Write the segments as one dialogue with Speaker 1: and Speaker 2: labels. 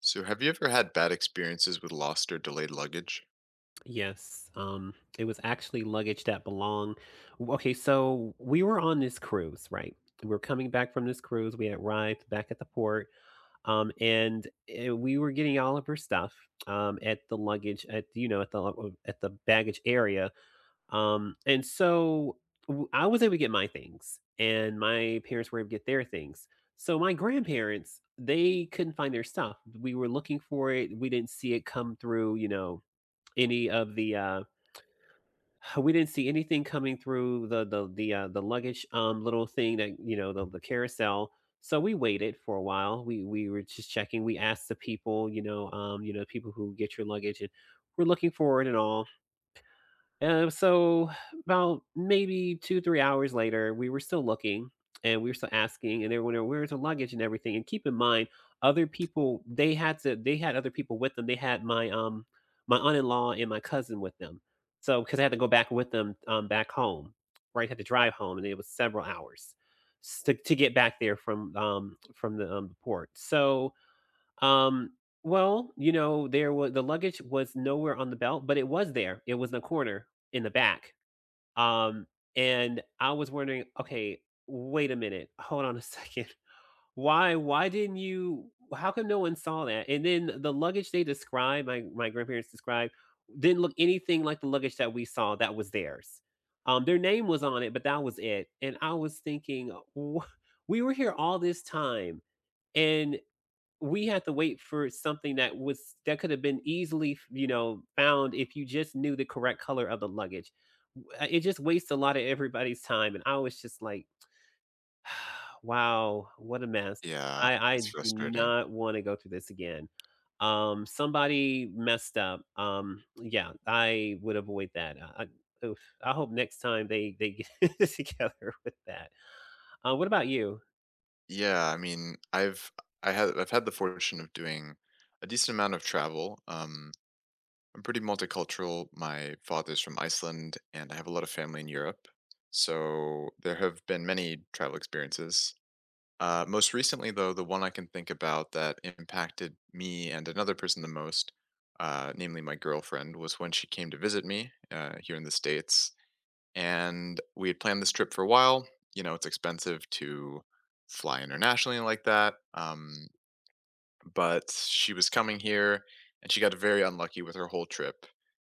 Speaker 1: So, have you ever had bad experiences with lost or delayed luggage?
Speaker 2: Yes, it was actually luggage that belonged w okay, so we were on this cruise, right? We're coming back from this cruise. We had arrived back at the port, and we were getting all of her stuff, at the luggage at, at the baggage area, and so w I was able to get my things, and my parents were able to get their things. So my grandparents, they couldn't find their stuff. We were looking for it. We didn't see it come through, any of the, uh we didn't see anything coming through the the luggage, little thing, that, you know, the carousel. So we waited for a while. We were just checking. We asked the people, people who get your luggage and we're looking for it and all. So about maybe two, 3 hours later, we were still looking and we were still asking and they were wondering, where's the luggage and everything? And keep in mind, other people, they had other people with them. They had my, my aunt-in-law and my cousin with them. So, cause I had to go back with them, back home, right? Had to drive home and it was several hours to get back there from the, port. Um, you know, there was the luggage was nowhere on the belt, but it was there. It was in the corner in the back. Um, and I was wondering, okay, wait a minute, hold on a second. Why didn't you how come no one saw that? And then the luggage they described, my grandparents described, didn't look anything like the luggage that we saw that was theirs. Their name was on it, but that was it. And I was thinking, "Wha- we were here all this time. And we had to wait for something that could have been easily, found if you just knew the correct color of the luggage. W It just wastes a lot of everybody's time, and I was just like, wow, what a mess.
Speaker 1: Yeah,
Speaker 2: I
Speaker 1: it's
Speaker 2: do
Speaker 1: frustrating.
Speaker 2: not wanna go through this again." Somebody messed up. Yeah, I would avoid that. I oof, I hope next time they get it together with that. What about you?
Speaker 1: Yeah, I mean, I've had the fortune of doing a decent amount of travel. I'm pretty multicultural. My father's from Iceland, and I have a lot of family in Europe. So there have been many travel experiences. Most recently, though, the one I can think about that impacted me and another person the most, namely my girlfriend, was when she came to visit me here in the States, and we had planned this trip for a while. You know, it's expensive to fly internationally like that. But she was coming here, and she got very unlucky with her whole trip.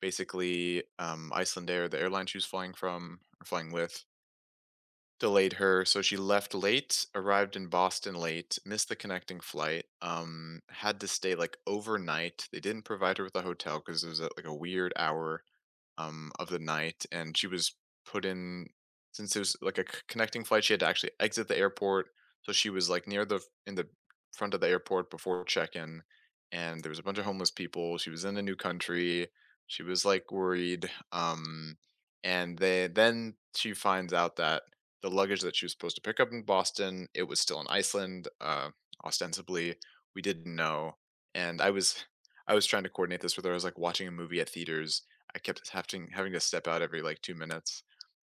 Speaker 1: Basically, Icelandair, the airline she was flying from or flying with, delayed her. So she left late, arrived in Boston late, missed the connecting flight, had to stay like overnight. They didn't provide her with a hotel because it was at like a weird hour of the night, and she was put in, since it was like a connecting flight. She had to actually exit the airport, so she was like near the in the front of the airport before check-in, and there was a bunch of homeless people. She was in a new country. She was like worried, and they then she finds out that the luggage that she was supposed to pick up in Boston, it was still in Iceland, ostensibly. We didn't know, and I was trying to coordinate this with her. I was like watching a movie at theaters. I kept having to step out every like 2 minutes,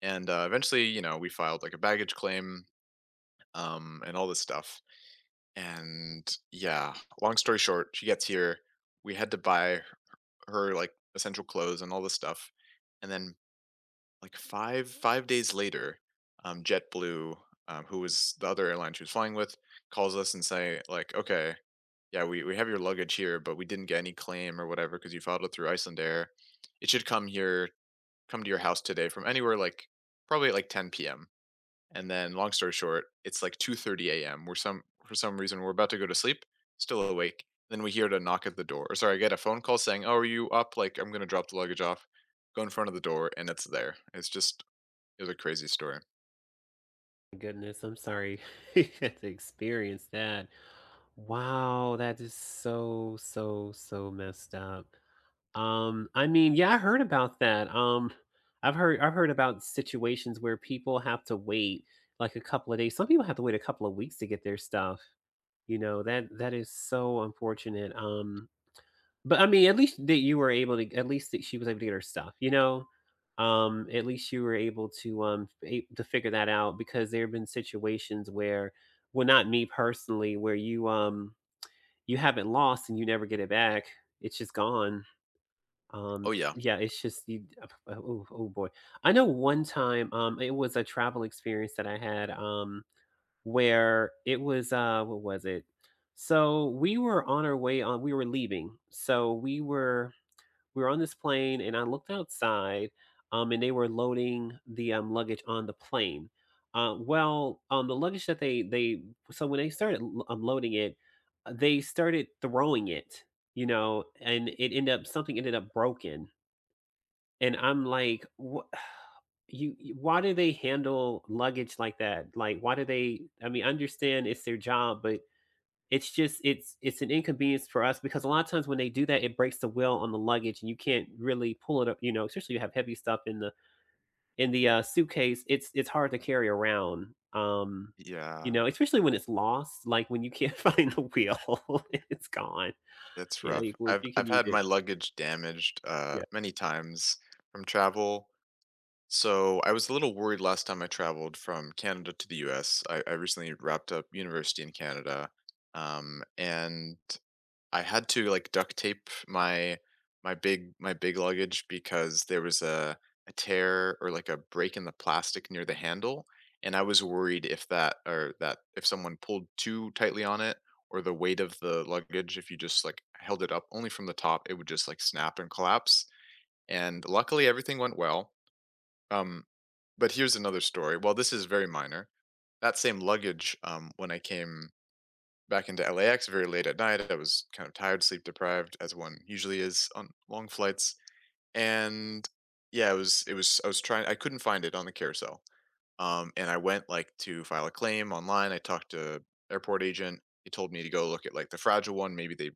Speaker 1: and eventually, you know, we filed like a baggage claim, and all this stuff. And yeah, long story short, she gets here. We had to buy her like essential clothes and all this stuff, and then like five days later, JetBlue, who was the other airline she was flying with, calls us and say like, okay, yeah, we have your luggage here, but we didn't get any claim or whatever because you filed it through Iceland Air. It should come to your house today from anywhere like probably at like 10 p.m. And then long story short, it's like 2:30 a.m. We're some for some reason we're about to go to sleep, still awake. Then we hear a knock at the door. Or sorry, I get a phone call saying, "Oh, are you up? Like I'm going to drop the luggage off." Go in front of the door and it's there. It's just it was a crazy story.
Speaker 2: Goodness, I'm sorry you had to experience that. Wow, that is so, so, so messed up. I mean, yeah, I heard about that. I've heard about situations where people have to wait like a couple of days. Some people have to wait a couple of weeks to get their stuff. You know, that is so unfortunate. But I mean, at least that she was able to get her stuff, you know? At least you were able to to figure that out, because there have been situations where, well, not me personally, where you you haven't lost and you never get it back. It's just gone. Um,
Speaker 1: Oh yeah.
Speaker 2: yeah, it's just you, oh, oh boy. I know one time, it was a travel experience that I had, where it was, what was it? So we were on our we were leaving. So we were on this plane and I looked outside, and they were loading the, luggage on the plane. Well, the luggage that they so when they started unloading it, they started throwing it, you know, and it ended up broken, and I'm like, what? Why do they handle luggage like that? Like, why do they? I mean, I understand it's their job, but it's just it's an inconvenience for us, because a lot of times when they do that it breaks the wheel on the luggage and you can't really pull it up, you know, especially you have heavy stuff in the suitcase. It's hard to carry around. You
Speaker 1: Yeah,
Speaker 2: know, especially when it's lost, like when you can't find the wheel. It's gone.
Speaker 1: that's
Speaker 2: You know, you,
Speaker 1: rough.
Speaker 2: what
Speaker 1: I've
Speaker 2: you can
Speaker 1: I've
Speaker 2: you
Speaker 1: had
Speaker 2: do?
Speaker 1: my luggage damaged
Speaker 2: Yeah.
Speaker 1: many times from travel. So I was a little worried last time I traveled from Canada to the US. I recently wrapped up university in Canada. And I had to like duct tape my my big luggage because there was a tear or like a break in the plastic near the handle. And I was worried if that or that if someone pulled too tightly on it or the weight of the luggage, if you just like held it up only from the top, it would just like snap and collapse. And luckily everything went well, um, but here's another story. Well, this is very minor. That same luggage, when I came back into LAX very late at night, I was kind of tired, sleep deprived, as one usually is on long flights. And yeah, it was I was trying I couldn't find it on the carousel. And I went like to file a claim online. I talked to airport agent. He told me to go look at like the fragile one. Maybe they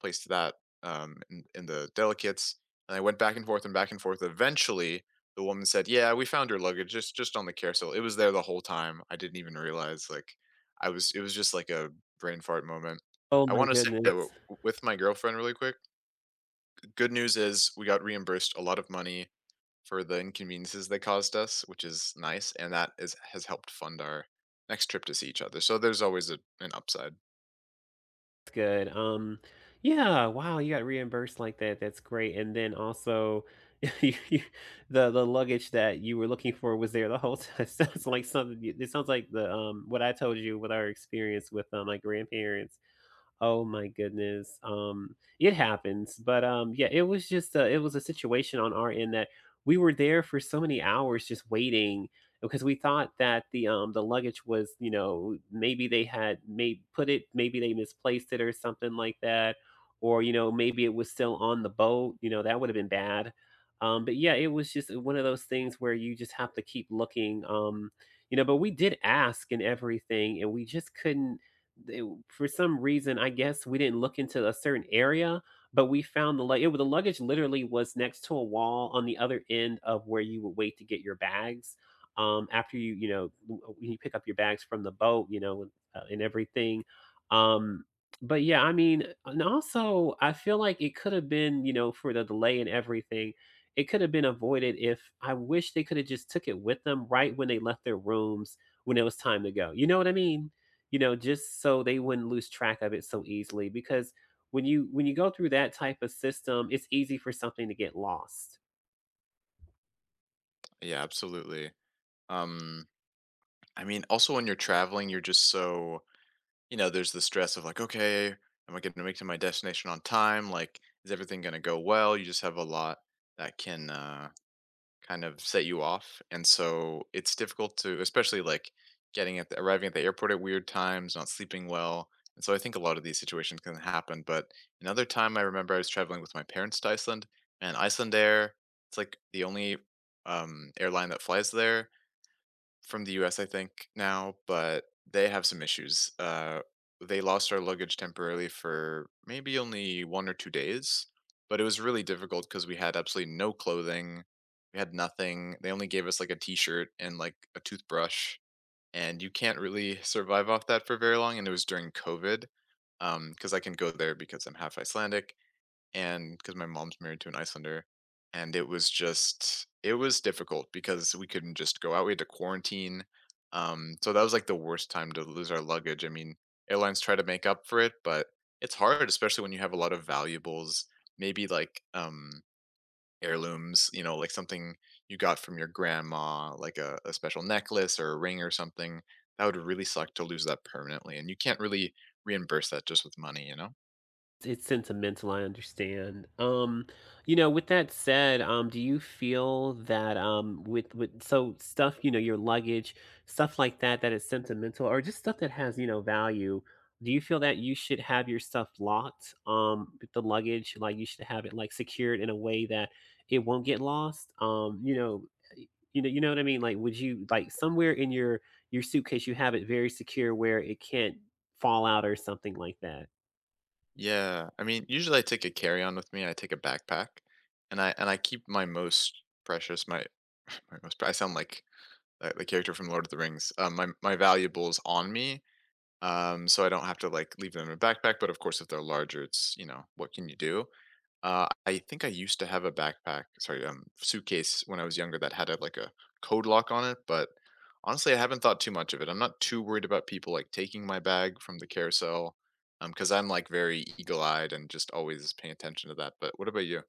Speaker 1: placed that in the delicates. And I went back and forth and back and forth. Eventually, the woman said, "Yeah, we found your luggage just on the carousel. It was there the whole time. I didn't even realize. Like, I was. It was just like a brain fart moment."
Speaker 2: Oh
Speaker 1: I
Speaker 2: my
Speaker 1: want to say that
Speaker 2: goodness.
Speaker 1: with my girlfriend really quick. Good news is we got reimbursed a lot of money for the inconveniences they caused us, which is nice, and that is has helped fund our next trip to see each other. So there's always an upside.
Speaker 2: That's good. Yeah, wow, you got reimbursed like that. That's great. And then also you, you- the luggage that you were looking for was there the whole time. It sounds like something it sounds like the what I told you with our experience with my grandparents. Oh my goodness. It happens. But yeah, it was just a, it was a situation on our end that we were there for so many hours just waiting, because we thought that the luggage was, you know, maybe they had, may put it, maybe they misplaced it or something like that, or you know, maybe it was still on the boat. You know, that would have been bad. But yeah, it was just one of those things where you just have to keep looking. You know, but we did ask and everything, and we just couldn't. They For some reason, I guess we didn't look into a certain area, but we found the lug it the luggage literally was next to a wall on the other end of where you would wait to get your bags, after you, you know, w when you pick up your bags from the boat, you know, and everything. Um, but yeah, I mean, and also, I feel like it could have been, you know, for the delay and everything, it could have been avoided if I wish they could have just took it with them right when they left their rooms when it was time to go. You know what I mean? You know, just so they wouldn't lose track of it so easily, because when you go through that type of system, it's easy for something to get lost.
Speaker 1: Yeah, absolutely. Um, I mean, also when you're traveling, you're just so, you know, there's the stress of like, okay, am I going to make it to my destination on time? Like, is everything going to go well? You just have a lot that can kind of set you off. And so it's difficult to, especially like getting at arriving at the airport at weird times, not sleeping well. And so I think a lot of these situations can happen. But another time I remember I was traveling with my parents to Iceland, and Iceland Air, it's like the only airline that flies there from the US, I think now, but they have some issues. They lost our luggage temporarily for maybe only 1 or 2 days, but it was really difficult because we had absolutely no clothing. We had nothing. They only gave us like a T-shirt and like a toothbrush, and you can't really survive off that for very long. And it was during COVID, because I can go there because I'm half Icelandic, and because my mom's married to an Icelander, and it was difficult because we couldn't just go out. We had to quarantine. So that was like the worst time to lose our luggage. I mean, airlines try to make up for it, but it's hard, especially when you have a lot of valuables, maybe like heirlooms, you know, like something you got from your grandma, like a special necklace or a ring or something. That would really suck to lose that permanently. And you can't really reimburse that just with money, you know?
Speaker 2: It's sentimental, I understand. You know, with that said, do you feel that, with so stuff, you know, your luggage, stuff like that, that is sentimental or just stuff that has, you know, value, do you feel that you should have your stuff locked, with the luggage? Like, you should have it, like, secured in a way that it won't get lost? You know, eh, you know, what I mean? Like, would you like, somewhere in your suitcase, you have it very secure where it can't fall out or something like that?
Speaker 1: Yeah, I mean, usually I take a carry-on with me, I take a backpack, and I keep my most precious my my most pre I sound like, the character from Lord of the Rings. My valuables on me, so I don't have to, like, leave them in a backpack, but of course, if they're larger, it's you know, what can you do? I think I used to have a backpack, sorry, suitcase when I was younger that had like a code lock on it, but honestly, I haven't thought too much of it. I'm not too worried about people like taking my bag from the carousel, because I'm like very eagle-eyed and just always paying attention to that. But what about you?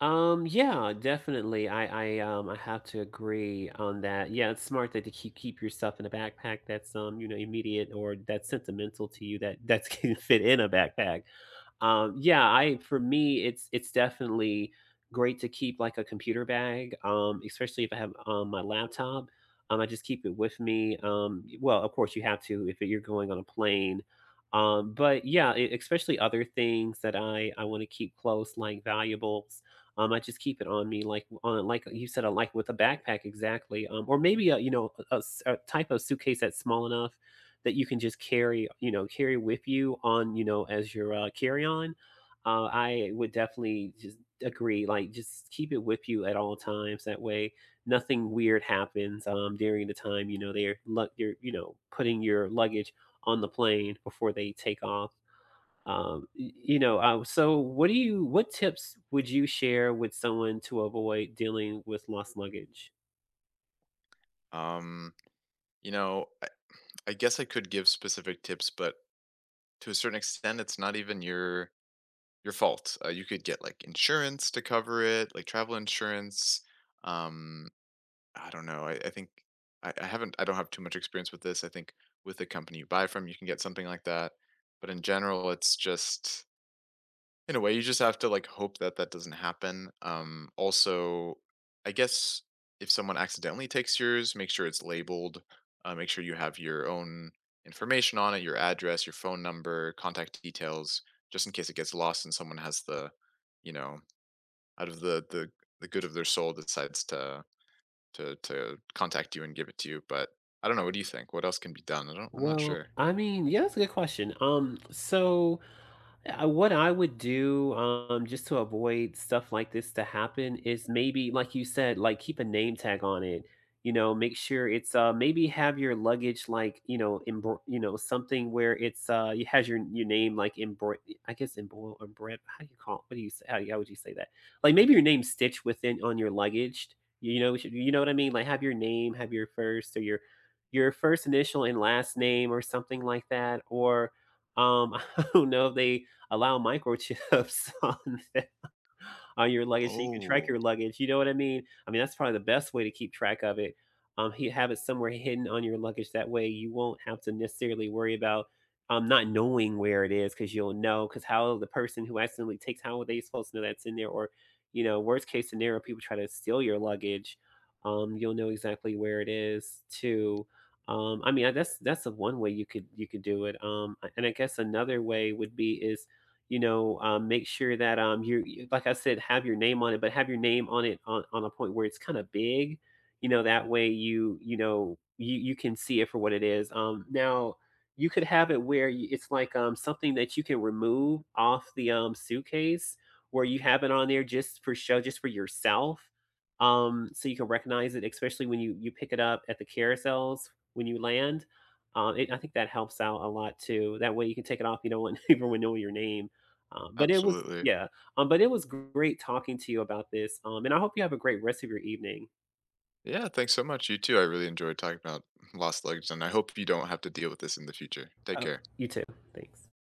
Speaker 2: Yeah, definitely. I I have to agree on that. Yeah, it's smart that to keep your stuff in a backpack that's you know, immediate or that's sentimental to you that that's can fit in a backpack. Yeah, I for me, it's definitely great to keep like a computer bag, especially if I have my laptop. I just keep it with me. Well, of course, you have to if you're going on a plane. But yeah, especially other things that I want to keep close, like valuables. I just keep it on me, like on, like you said, like with a backpack, exactly. Or maybe a, you know, a a type of suitcase that's small enough that you can just carry, you know, carry with you on, you know, as your carry on. I would definitely just agree. Like, just keep it with you at all times. That way, nothing weird happens, during the time, you know, they're, you're, you know, putting your luggage on the plane before they take off. You know, so what do you, what tips would you share with someone to avoid dealing with lost luggage?
Speaker 1: Um, you know, I guess I could give specific tips, but to a certain extent, it's not even your fault. You could get like insurance to cover it, like travel insurance. Um, I don't know. I think I haven't. I don't have too much experience with this. I think with the company you buy from, you can get something like that. But in general, it's just in a way you just have to like hope that that doesn't happen. Also, I guess if someone accidentally takes yours, make sure it's labeled. Make sure you have your own information on it, your address, your phone number, contact details, just in case it gets lost and someone has you know, out of the good of their soul decides to contact you and give it to you, but I don't know, what do you think? What else can be done? I'm not
Speaker 2: Well,
Speaker 1: sure.
Speaker 2: I mean, yeah, that's a good question. What I would do, just to avoid stuff like this to happen is maybe, like you said, like keep a name tag on it. You know, make sure it's maybe have your luggage, like, you know, you know, something where it's it has your name like how do you call it? What do you say? How would you say that? Like, maybe your name stitched within on your luggage. You know, you know what I mean? Like, have your name, have your first or your first initial and last name or something like that, or I don't know if they allow microchips on your luggage, so you can track your
Speaker 1: Oh,
Speaker 2: luggage, you know what I mean? I mean, that's probably the best way to keep track of it. He have it somewhere hidden on your luggage. That way, you won't have to necessarily worry about not knowing where it is, because you'll know. Because how the person who accidentally takes, how are they supposed to know that's in there? Or you know, worst case scenario, people try to steal your luggage. You'll know exactly where it is too. I mean, that's the one way you could do it. And I guess another way would be is, you know, make sure that like I said, have your name on it, but have your name on it on a point where it's kind of big, you know, that way you, you know, you can see it for what it is. Now you could have it where you, it's like something that you can remove off the suitcase, where you have it on there just for show, just for yourself. So you can recognize it, especially when you pick it up at the carousels when you land. I think that helps out a lot too. That way you can take it off, you know, and everyone know your name. um, but it was
Speaker 1: absolutely.
Speaker 2: yeah, but it was great talking to you about this, and I hope you have a great rest of your evening.
Speaker 1: Yeah, thanks so much. You too. I really enjoyed talking about lost luggage, and I hope you don't have to deal with this in the future. Take
Speaker 2: Uh,
Speaker 1: care.
Speaker 2: you too. Thanks.